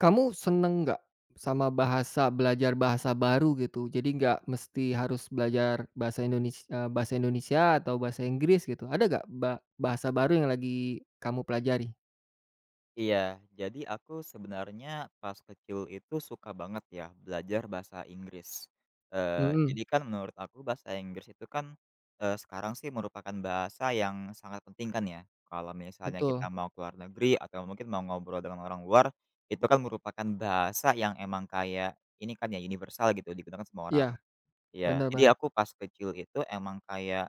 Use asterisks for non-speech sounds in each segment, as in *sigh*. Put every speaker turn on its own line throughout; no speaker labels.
Kamu seneng nggak sama belajar bahasa baru gitu? Jadi nggak mesti harus belajar bahasa Indonesia atau bahasa Inggris gitu. Ada nggak bahasa baru yang lagi kamu pelajari?
Iya, jadi aku sebenarnya pas kecil itu suka banget ya belajar bahasa Inggris. Eee,
Mhm,
jadi kan menurut aku bahasa Inggris itu kan, sekarang sih merupakan bahasa yang sangat penting kan ya. Kalau misalnya kita
betul.
mau keluar negeri atau mungkin mau ngobrol dengan orang luar, itu kan merupakan bahasa yang emang kayak ini kan ya universal gitu digunakan semua
Iya,
orang. Iya,
benar
jadi
banget.
aku pas kecil itu emang kayak,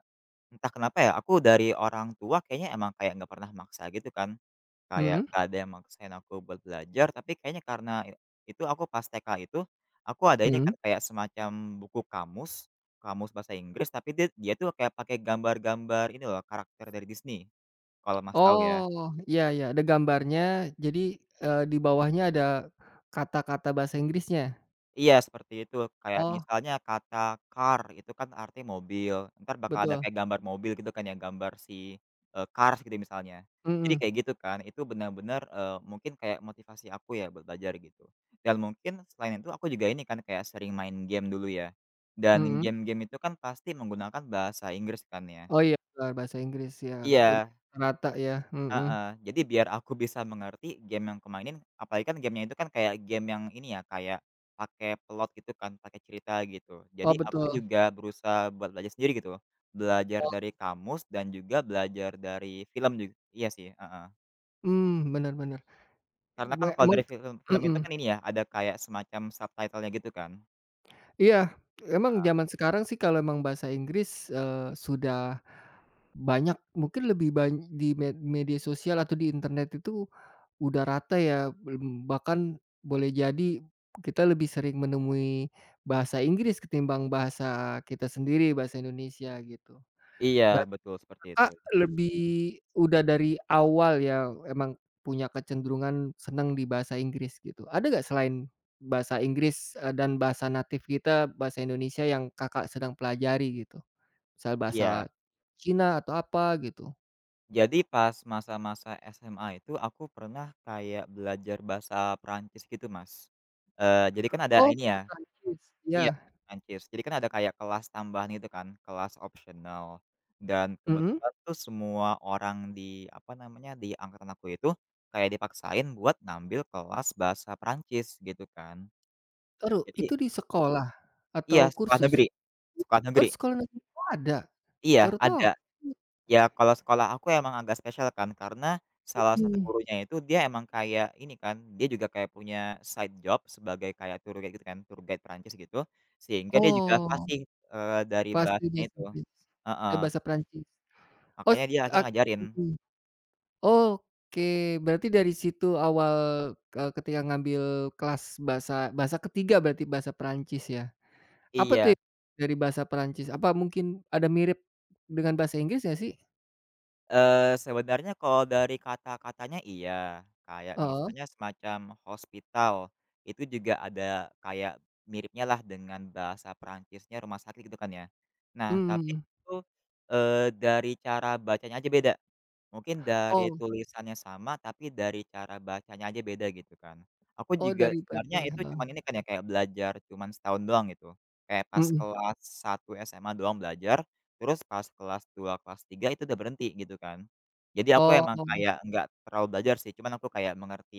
entah kenapa ya, aku dari orang tua kayaknya emang kayak nggak pernah maksa gitu kan. Kayak
Mhm,
nggak ada yang maksain aku buat belajar, tapi kayaknya karena itu aku pas TK itu, aku ada ini
mhm.
kan kayak semacam buku kamus, kamus bahasa Inggris, tapi dia dia tuh kayak pakai gambar-gambar ini loh, karakter dari Disney, kalau Mas tahu ya.
Oh, iya, iya, ada gambarnya jadi, di bawahnya ada kata-kata bahasa Inggrisnya?
Iya seperti itu, kayak
Oh,
misalnya kata car itu kan artinya mobil, ntar bakal ada
betul.
kayak gambar mobil gitu kan ya, gambar si, Cars gitu misalnya. Jadi
Mhm,
kayak gitu kan, itu benar-benar, mungkin kayak motivasi aku ya buat belajar gitu. Dan mungkin selain itu aku juga ini kan kayak sering main game dulu ya, dan
mhm.
game-game itu kan pasti menggunakan bahasa Inggris kan ya.
Oh iya, bener bahasa Inggris ya, udah
Iya.
rata ya, mhm.
Heeh, jadi biar aku bisa mengerti game yang kemainin, apalagi kan gamenya itu kan kayak game yang ini ya, kayak pakai plot gitu kan, pakai cerita gitu.
Oh,
Jadi aku
betul.
juga berusaha buat belajar sendiri gitu loh, belajar
Oh.
dari kamus dan juga belajar dari film juga. Iya sih, heeh.
Mmm, bener bener.
Karena kan kalau
Emang,
dari film film itu
mhm,
kan ini ya, ada kayak semacam subtitle-nya gitu kan.
iya, emang zaman sekarang sih, kalau emang bahasa Inggris, sudah banyak, mungkin lebih di media sosial atau di internet itu udah rata ya, mmm, bahkan boleh jadi kita lebih sering menemui bahasa Inggris ketimbang bahasa kita sendiri, bahasa Indonesia gitu.
Iya, betul seperti itu.
Kakak udah dari awal ya emang punya kecenderungan senang di bahasa Inggris gitu. Ada nggak selain bahasa Inggris, dan bahasa natif kita, bahasa Indonesia yang Kakak sedang pelajari gitu? Misal bahasa
Iya,
Cina atau apa gitu?
jadi pas masa-masa SMA itu aku pernah kayak belajar bahasa Perancis gitu, Mas. Jadi kan ada
Oh,
ini
bahasa
ya.
Prancis,
Iya,
ya,
Prancis. Jadi kan ada kayak kelas tambahan gitu kan, kelas opsional. Dan
mhm.
kebetulan tuh semua orang di, apa namanya, di angkatan aku itu kayak dipaksain buat ngambil kelas bahasa Prancis gitu kan.
Taruh, itu
Jadi
di sekolah
iya,
atau
sekolah
kursus?
negeri, sekolah
Oh, di
negeri.
sekolah negeri? Oh, ada?
Iya,
Baru tahu
ada.
aku.
Ya, kalau sekolah aku emang agak spesial kan, karena salah satu
Mhm.
gurunya itu dia emang kayak ini kan, dia juga kayak punya side job sebagai kayak tour guide gitu kan, tour guide Perancis gitu, sehingga dia juga
Oh,
fasih, dari
pasti
bahasanya
bahasa
itu.
Inggris.
Heeh,
Eh, bahasa Prancis. Oh, s
makanya dia akhirnya
ak
ngajarin.
mhm. Oke, berarti dari situ awal, ketika ngambil kelas bahasa bahasa ketiga berarti bahasa Perancis ya? Apa tuh
Iya.
ya dari bahasa Perancis? Apa mungkin ada mirip dengan bahasa Inggris nggak sih?
Sebenarnya kalau dari kata-katanya iya, kayak
Heeh,
misalnya semacam hospital, itu juga ada kayak miripnya lah dengan bahasa Perancisnya rumah sakit gitu kan ya. Nah tapi
mhm.
itu, dari cara bacanya aja beda. Mungkin dari
Oh,
tulisannya sama, tapi dari cara bacanya aja beda gitu kan. Aku
oh,
juga
dari baca,
sebenarnya itu
heeh,
cuman ini kan ya, kayak belajar cuman setahun doang gitu. Kayak pas
mhm.
kelas satu SMA doang belajar, terus pas kelas 2 kelas 3 itu udah berhenti gitu kan. Jadi aku
Oh,
emang kayak nggak terlalu belajar sih, cuman aku kayak mengerti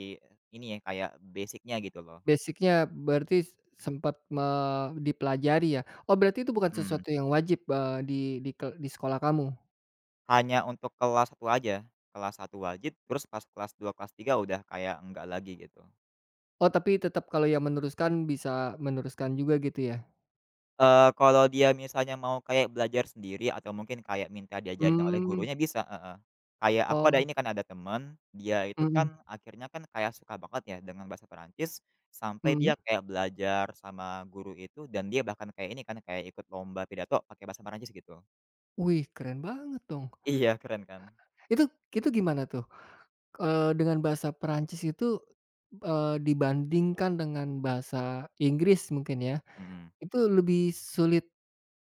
ini ya, kayak basic-nya gitu loh.
basic-nya berarti sempat dipelajari ya? Oh berarti itu bukan
Mhm.
sesuatu yang wajib, di sekolah kamu?
Hanya untuk kelas satu aja, kelas satu wajib, terus pas kelas 2 kelas 3 udah kayak enggak lagi gitu.
Oh tapi tetap kalau yang meneruskan bisa meneruskan juga gitu ya?
Kalau dia misalnya mau kayak belajar sendiri atau mungkin kayak minta diajarin oleh
Mmm,
gurunya bisa, heeh. Kayak aku ada
oh.
ini kan ada temen, dia itu
Mhm,
kan akhirnya kan kayak suka banget ya dengan bahasa Perancis, sampai
mhm.
dia kayak belajar sama guru itu dan dia bahkan kayak ini kan, kayak ikut lomba pidato pakai bahasa Perancis gitu.
Wih, keren banget dong.
Iya, keren kan?
Itu itu gimana tuh? Dengan bahasa Perancis itu, dibandingkan dengan bahasa Inggris mungkin ya,
Mhm.
itu lebih sulit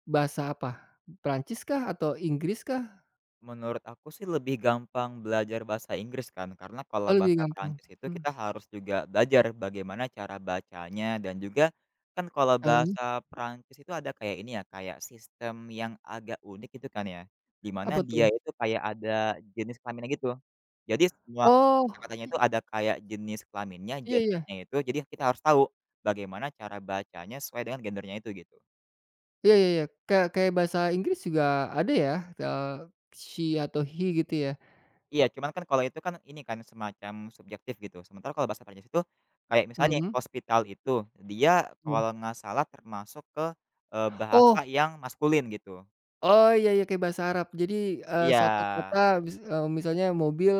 bahasa apa? Perancis kah atau Inggris kah?
Menurut aku sih lebih gampang belajar bahasa Inggris kan, karena
Oh,
kalau
lebih
bahasa
gampang.
Perancis itu
Mmm,
kita harus juga belajar bagaimana cara bacanya dan juga kan kalau
heeh,
bahasa Perancis itu ada kayak ini ya, kayak sistem yang agak unik itu kan ya,
apa
dimana dia
tuh?
itu kayak ada jenis kelaminnya gitu. Jadi semua
Oh,
kata-katanya itu
i
ada kayak jenis kelaminnya,
iya, iya.
gendernya itu, jadi kita harus tahu bagaimana cara bacanya sesuai dengan gendernya itu gitu.
Iya, iya, iya. Kayak kayak bahasa Inggris juga ada ya, eee, she atau he gitu ya?
Iya, cuman kan kalau itu kan ini kan semacam subjektif gitu. Sementara kalau bahasa Perancis itu kayak misalnya
Mhm,
hospital itu, dia
iya.
kalau nggak salah termasuk ke, bahasa
Oh,
yang maskulin gitu.
oh, iya, iya, kayak bahasa Arab. Jadi,
Iya.
suatu kata misalnya mobil,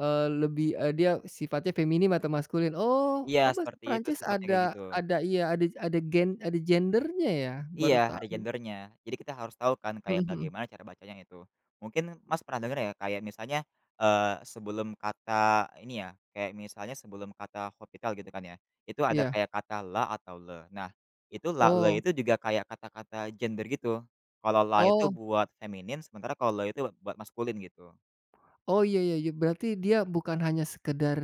lebih, dia sifatnya feminim atau maskulin. Oh,
Iya,
oh, bahasa
seperti itu
Perancis
sifatnya kayak
ada
gitu.
ada iya, ada gendernya ya?
Iya,
Baru
ada
tahu.
gendernya. Jadi kita harus tahu kan
Mhm,
kayak
mhm,
bagaimana cara bacanya itu. Mungkin Mas pernah dengar ya kayak misalnya, eee, sebelum kata ini ya, kayak misalnya sebelum kata hospital gitu kan ya, itu ada
iya.
kayak kata la atau le. Nah, itu la, le
Oh,
itu juga kayak kata-kata gender gitu. Kalau la itu
oh.
buat feminin, sementara kalau le itu buat maskulin gitu.
Oh, iya, iya, iya, berarti dia bukan hanya sekedar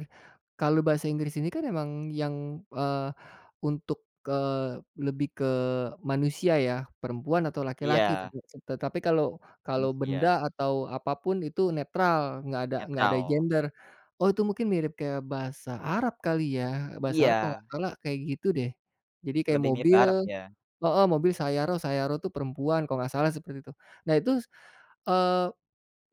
kalau bahasa Inggris ini kan emang yang, eee, untuk, eee, lebih ke manusia ya, perempuan atau laki-laki,
Iya,
tetapi kalau kalau benda
manusia,
atau apapun itu netral, nggak ada
netral.
gender. Oh, itu mungkin mirip kayak bahasa Arab kali ya, bahasa Arab kalau
Iya,
nggak salah kayak gitu deh. Jadi kayak
lebih mirip
mobil,
Arab ya.
oh, oh, mobil Sayaro Sayaro tuh perempuan kalau nggak salah seperti itu. Nah itu, eee.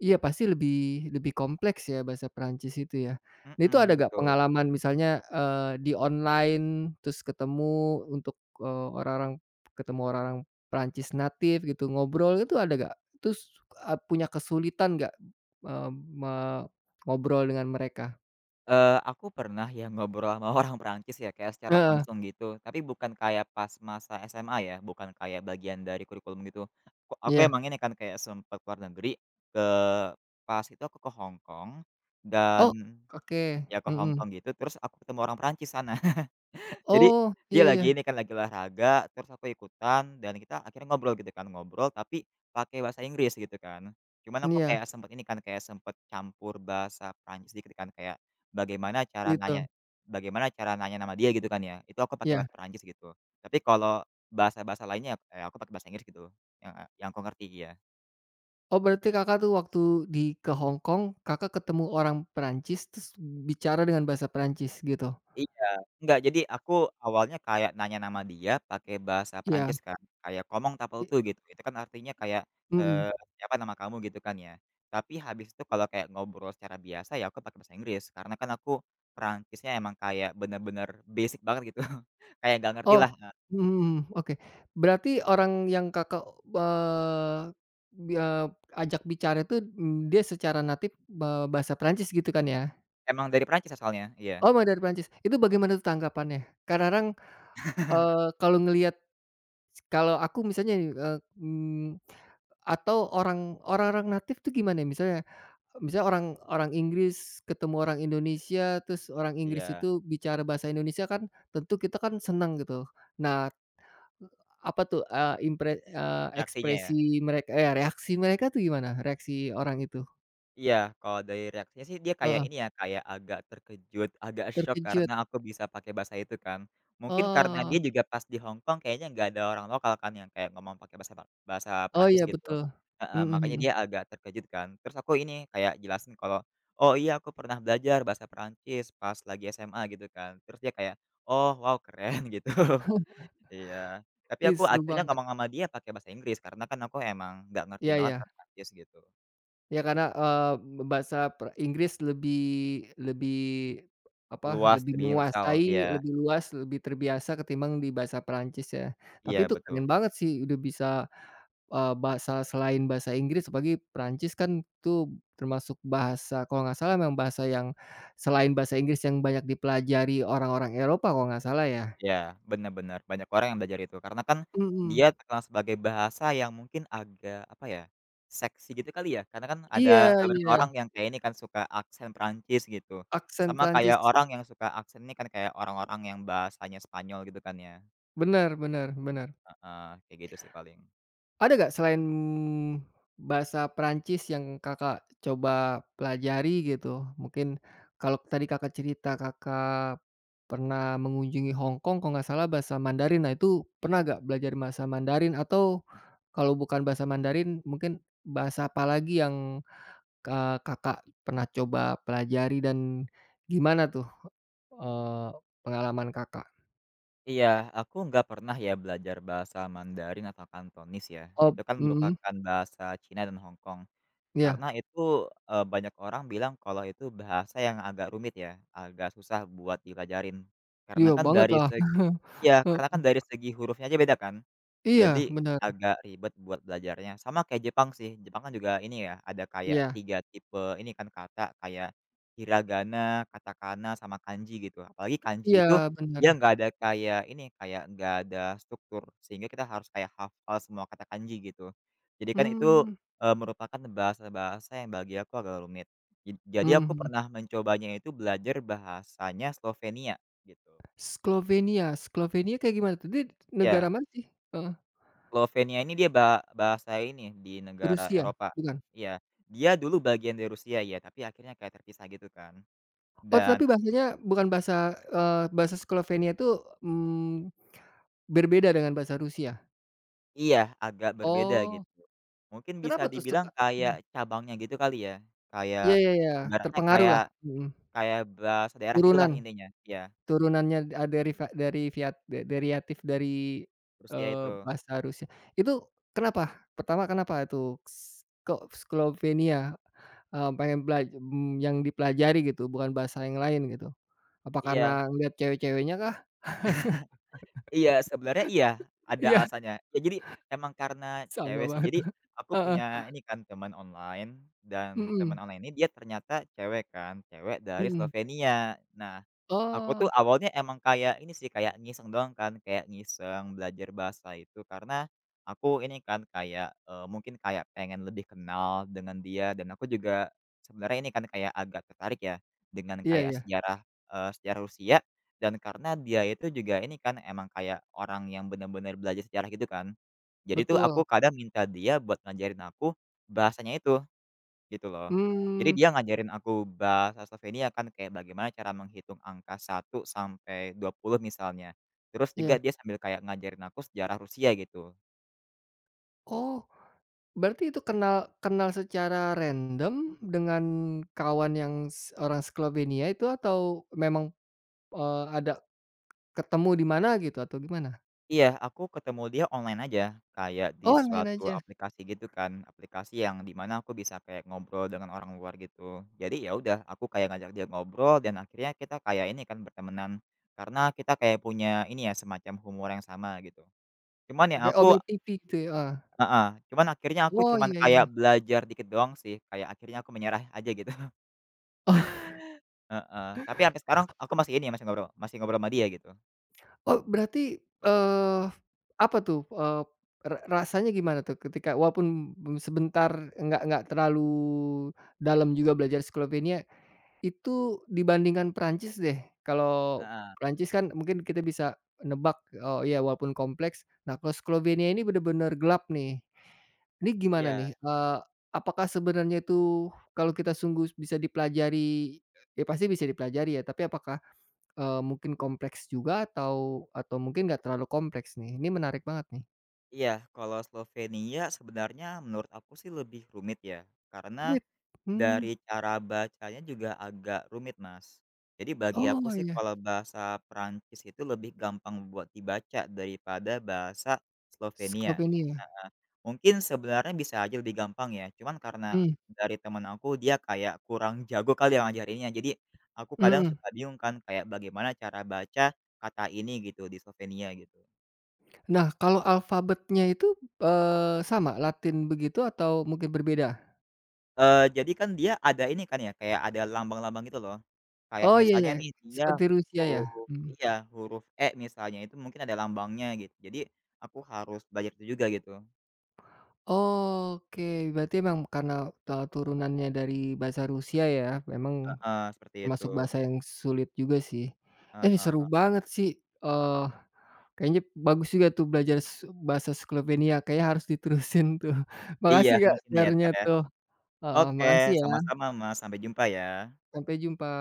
Iya pasti lebih lebih kompleks ya bahasa Perancis itu ya. Nah itu ada
Mhm,
gak
betul.
pengalaman misalnya, di online terus ketemu untuk, eee, orang-orang ketemu orang-orang Perancis native gitu ngobrol itu ada gak? Terus, punya kesulitan nggak, eee, me ngobrol dengan mereka?
Aku pernah ya ngobrol sama *laughs* orang Perancis ya kayak secara
Heeh,
langsung gitu, tapi bukan kayak pas masa SMA ya, bukan kayak bagian dari kurikulum gitu. Aku
iya.
emang ini kan kayak sempet ke luar negeri, ke pas itu aku ke Hong Kong dan
Oh, oke,
ya ke Hong
mhm.
Kong gitu, terus aku ketemu orang Perancis sana. Jadi
Oh,
dia
iya, iya,
lagi ini kan, lagi olahraga, terus aku ikutan dan kita akhirnya ngobrol gitu kan, ngobrol tapi pakai bahasa Inggris gitu kan. Cuman aku
iya,
kayak sempet ini kan, kayak sempet campur bahasa Prancis dikit kan, kayak bagaimana cara
gitu,
nanya bagaimana cara nanya nama dia gitu kan ya, itu aku pakai
iya.
bahasa Prancis gitu. Tapi kalau bahasa-bahasa lainnya, aku pakai bahasa Inggris gitu, yang, yang aku ngerti, ya.
Oh berarti Kakak tuh waktu di ke Hong Kong, Kakak ketemu orang Perancis terus bicara dengan bahasa Perancis gitu?
Iya, enggak, jadi aku awalnya kayak nanya nama dia pakai bahasa
Iya,
Perancis kan, kayak "Comment allez
i
vous?" gitu, itu kan artinya kayak,
mhm.
eee, "Siapa nama kamu?" gitu kan ya. Tapi habis itu kalau kayak ngobrol secara biasa ya aku pakai bahasa Inggris, karena kan aku Perancisnya emang kayak bener-bener basic banget gitu, *laughs* kayak nggak ngerti
Oh,
lah,
mhm, mhm, oke. Berarti orang yang Kakak, eee, bi eee, ajak bicara itu, dia secara natif, bahasa Perancis gitu kan ya?
emang dari Perancis asalnya, iya
Oh emang dari Perancis, itu bagaimana tuh tanggapannya? Karena orang, kalau ngelihat, kalau aku misalnya nih, atau orang-orang natif tuh gimana ya? Misalnya Misalnya orang orang Inggris ketemu orang Indonesia, terus orang Inggris
iya,
itu bicara bahasa Indonesia kan tentu kita kan senang gitu. Nah, apa tuh,
reaksinya ya.
ekspresi mereka, eh, reaksi mereka tuh gimana? Reaksi orang itu?
Iya, kalau dari reaksinya sih dia kayak
Heeh,
ini ya, kayak agak terkejut, *laughs* agak syok
terkejut?
karena aku bisa pakai bahasa itu kan. Mungkin karena
Oh.
dia juga pas di Hong Kong kayaknya nggak ada orang lokal kan yang kayak ngomong pakai bahasa bahasa
Oh,
Perancis
iya
gitu.
betul.
Heeh,
Mhm, mhm.
makanya dia agak terkejut kan. Terus aku ini kayak jelasin kalau, "Oh iya aku pernah belajar bahasa Perancis pas lagi SMA," gitu kan. Terus dia kayak, "Oh wow keren," *laughs* gitu. Iya. Tapi
Ih,
aku
seru
akhirnya
banget.
ngomong sama dia pakai bahasa Inggris karena kan aku emang nggak ngerti
Iya,
banget
iya.
kan Perancis gitu.
Ya karena, bahasa Inggris lebih lebih apa,
Luas,
lebih
lebih universal, dia.
menguasai, lebih luas, lebih terbiasa ketimbang di bahasa Perancis ya. Tapi
Iya
itu
betul,
keren banget sih udah bisa, bahasa selain bahasa Inggris apalagi Perancis kan itu termasuk bahasa kalau nggak salah memang bahasa yang selain bahasa Inggris yang banyak dipelajari orang-orang Eropa kalau nggak salah ya.
iya, benar-benar banyak orang yang belajar itu karena kan
Mhm.
dia terkenal sebagai bahasa yang mungkin agak apa ya, seksi gitu kali ya karena kan ada
Iya,
beberapa
iya,
orang yang kayak ini kan suka aksen Perancis gitu,
aksen
sama kayak
Perancis.
orang yang suka aksen ini kan kayak orang-orang yang bahasanya Spanyol gitu kan ya,
Bener, bener, bener.
heeh, kayak gitu sih paling.
Ada nggak selain bahasa Perancis yang Kakak coba pelajari gitu? Mungkin kalau tadi Kakak cerita Kakak pernah mengunjungi Hong Kong kalau nggak salah bahasa Mandarin, nah itu pernah nggak belajar bahasa Mandarin? Atau kalau bukan bahasa Mandarin mungkin bahasa apa lagi yang, Kakak pernah coba pelajari dan gimana tuh, eee, pengalaman Kakak?
Iya, aku nggak pernah ya belajar bahasa Mandarin atau Kantonis ya,
Oh,
itu kan
mhm,
merupakan bahasa Cina dan Hong Kong. Karena
iya,
itu, banyak orang bilang kalau itu bahasa yang agak rumit ya, agak susah buat dipelajarin. Karena
iya
kan
banget
dari
lah.
seg
*laughs*
karena kan dari segi hurufnya aja beda kan.
Iya,
Jadi
benar.
agak ribet buat belajarnya. Sama kayak Jepang sih, Jepang kan juga ini ya, ada kayak
Iya.
3 tipe ini kan kata, kayak hiragana, katakana, sama kanji gitu. Apalagi kanji itu
Iya, bener.
dia nggak ada kayak ini, kayak nggak ada struktur, sehingga kita harus kayak hafal semua kata kanji gitu. Jadi kan itu,
Mmm,
merupakan bahasa-bahasa yang bagi aku agak rumit. Jadi
mhm,
aku
mhm.
pernah mencobanya itu belajar bahasanya Slovenia gitu.
Slovenia, Slovenia kayak gimana tuh? Dia negara
Ya.
mana sih? Heeh,
Slovenia ini dia bahasa ini, di negara
Rusia?
Eropa.
Bukan?
Iya, dia dulu bagian dari Rusia ya, tapi akhirnya kayak terpisah gitu kan,
Oh,
dan
tapi bahasanya bukan bahasa Slovenia itu, mmm, berbeda dengan bahasa Rusia?
iya, agak berbeda
Oh,
gitu. Mungkin bisa
kenapa tuh
dibilang
suka?
kayak
Mhm,
cabangnya gitu kali ya, kayak
iya, iya, iya,
ibaratnya
terpengaruh
kayak
lah, mhm,
kayak bahasa daerah gitulah
turunan.
intinya, iya,
Turunannya a dari fa dari viat de deriatif dari,
Rusia
eee,
itu.
bahasa Rusia. Itu kenapa? Pertama kenapa itu kok Slovenia, pengen yang dipelajari gitu, bukan bahasa yang lain gitu? Apa
Iya.
karena ngelihat cewek-ceweknya kah?
Iya, sebenarnya iya, ada
Iya,
alasannya. Ya jadi emang karena
sama
cewek sih.
banget,
Jadi aku
heeh,
punya ini kan teman online dan teman
mhm,
online ini dia ternyata cewek kan, cewek dari
mhm.
Slovenia. Nah, aku
Oh,
tuh awalnya emang kayak ini sih, kayak ngiseng doang kan, kayak ngiseng belajar bahasa itu karena aku ini kan kayak, mungkin kayak pengen lebih kenal dengan dia dan aku juga sebenarnya ini kan kayak agak tertarik ya dengan
iya,
kayak
iya,
sejarah, sejarah Rusia dan karena dia itu juga ini kan emang kayak orang yang benar-benar belajar sejarah gitu kan. Jadi tuh
betul,
aku kadang minta dia buat ngajarin aku bahasanya itu, gitu loh. Jadi
mmm,
dia ngajarin aku bahasa Slovenia kan kayak bagaimana cara menghitung angka 1 sampai 20 misalnya. Terus juga
iya,
dia sambil kayak ngajarin aku sejarah Rusia gitu.
oh. Berarti itu kenal kenal secara random dengan kawan yang orang Slovenia itu atau memang, ada ketemu di mana gitu atau gimana?
Iya, aku ketemu dia online aja, kayak di
Oh, main
suatu
aja,
aplikasi gitu kan, aplikasi yang di mana aku bisa kayak ngobrol dengan orang luar gitu. Jadi ya udah, aku kayak ngajak dia ngobrol dan akhirnya kita kayak ini kan bertemanan, karena kita kayak punya ini ya, semacam humor yang sama gitu. Cuman ya
pakai
aku
Omegle TV gitu ya? Heeh.
heeh, cuman akhirnya aku
Oh,
cuman
iya,
kayak
iya.
belajar dikit doang sih, kayak akhirnya aku menyerah aja gitu, *laughs* heeh. Tapi sampai sekarang aku masih ini, ya, masih ngobrol sama dia gitu.
Oh berarti, apa tuh, eee, ra rasanya gimana tuh ketika walaupun sebentar nggak terlalu dalam juga belajar Slovenia, itu dibandingkan Perancis deh, kalau
Heeh,
Perancis kan mungkin kita bisa nebak, oh iya walaupun kompleks, nah kalau Slovenia ini benar-benar gelap nih. Ini gimana
iya.
nih, apakah sebenarnya itu kalau kita sungguh bisa dipelajari ya pasti bisa dipelajari ya, tapi apakah, mungkin kompleks juga atau mungkin nggak terlalu kompleks nih? Ini menarik banget nih.
Iya, kalau Slovenia sebenarnya menurut aku sih lebih rumit ya, karena
Rumit? Mmm,
dari cara bacanya juga agak rumit, Mas. Jadi bagi
oh
aku sih
iya,
kalau bahasa Perancis itu lebih gampang buat dibaca daripada bahasa Slovenia.
Skopenia.
Mungkin sebenarnya bisa aja lebih gampang ya, cuman karena
Mmm,
dari teman aku dia kayak kurang jago kali yang ngajarinnya. Jadi aku kadang
mhm.
suka bingung kan kayak bagaimana cara baca kata ini gitu di Slovenia gitu.
Nah, kalau alfabetnya itu, sama Latin begitu atau mungkin berbeda?
Jadi kan dia ada ini kan ya, kayak ada lambang-lambang gitu loh. Kayak
Oh, iya, iya,
misalnya nih dia
seperti Rusia ya?
huruf
Mhm.
iya, huruf E misalnya itu mungkin ada lambangnya gitu. Jadi aku harus belajar itu juga gitu.
Oke, berarti emang karena, turunannya dari bahasa Rusia ya, memang
Heeh, seperti
termasuk
itu.
bahasa yang sulit juga sih. Eh, seru
Heeh.
banget sih, eee, kayaknya bagus juga tuh belajar bahasa Slovenia, kayaknya harus diterusin tuh. *laughs*
Iya
Makasih Kak,
mungkin ya,
share-nya
Kak, ya.
tuh, heeh,
Oke,
makasih ya,
sama-sama Mas, sampai jumpa ya.
sampai jumpa.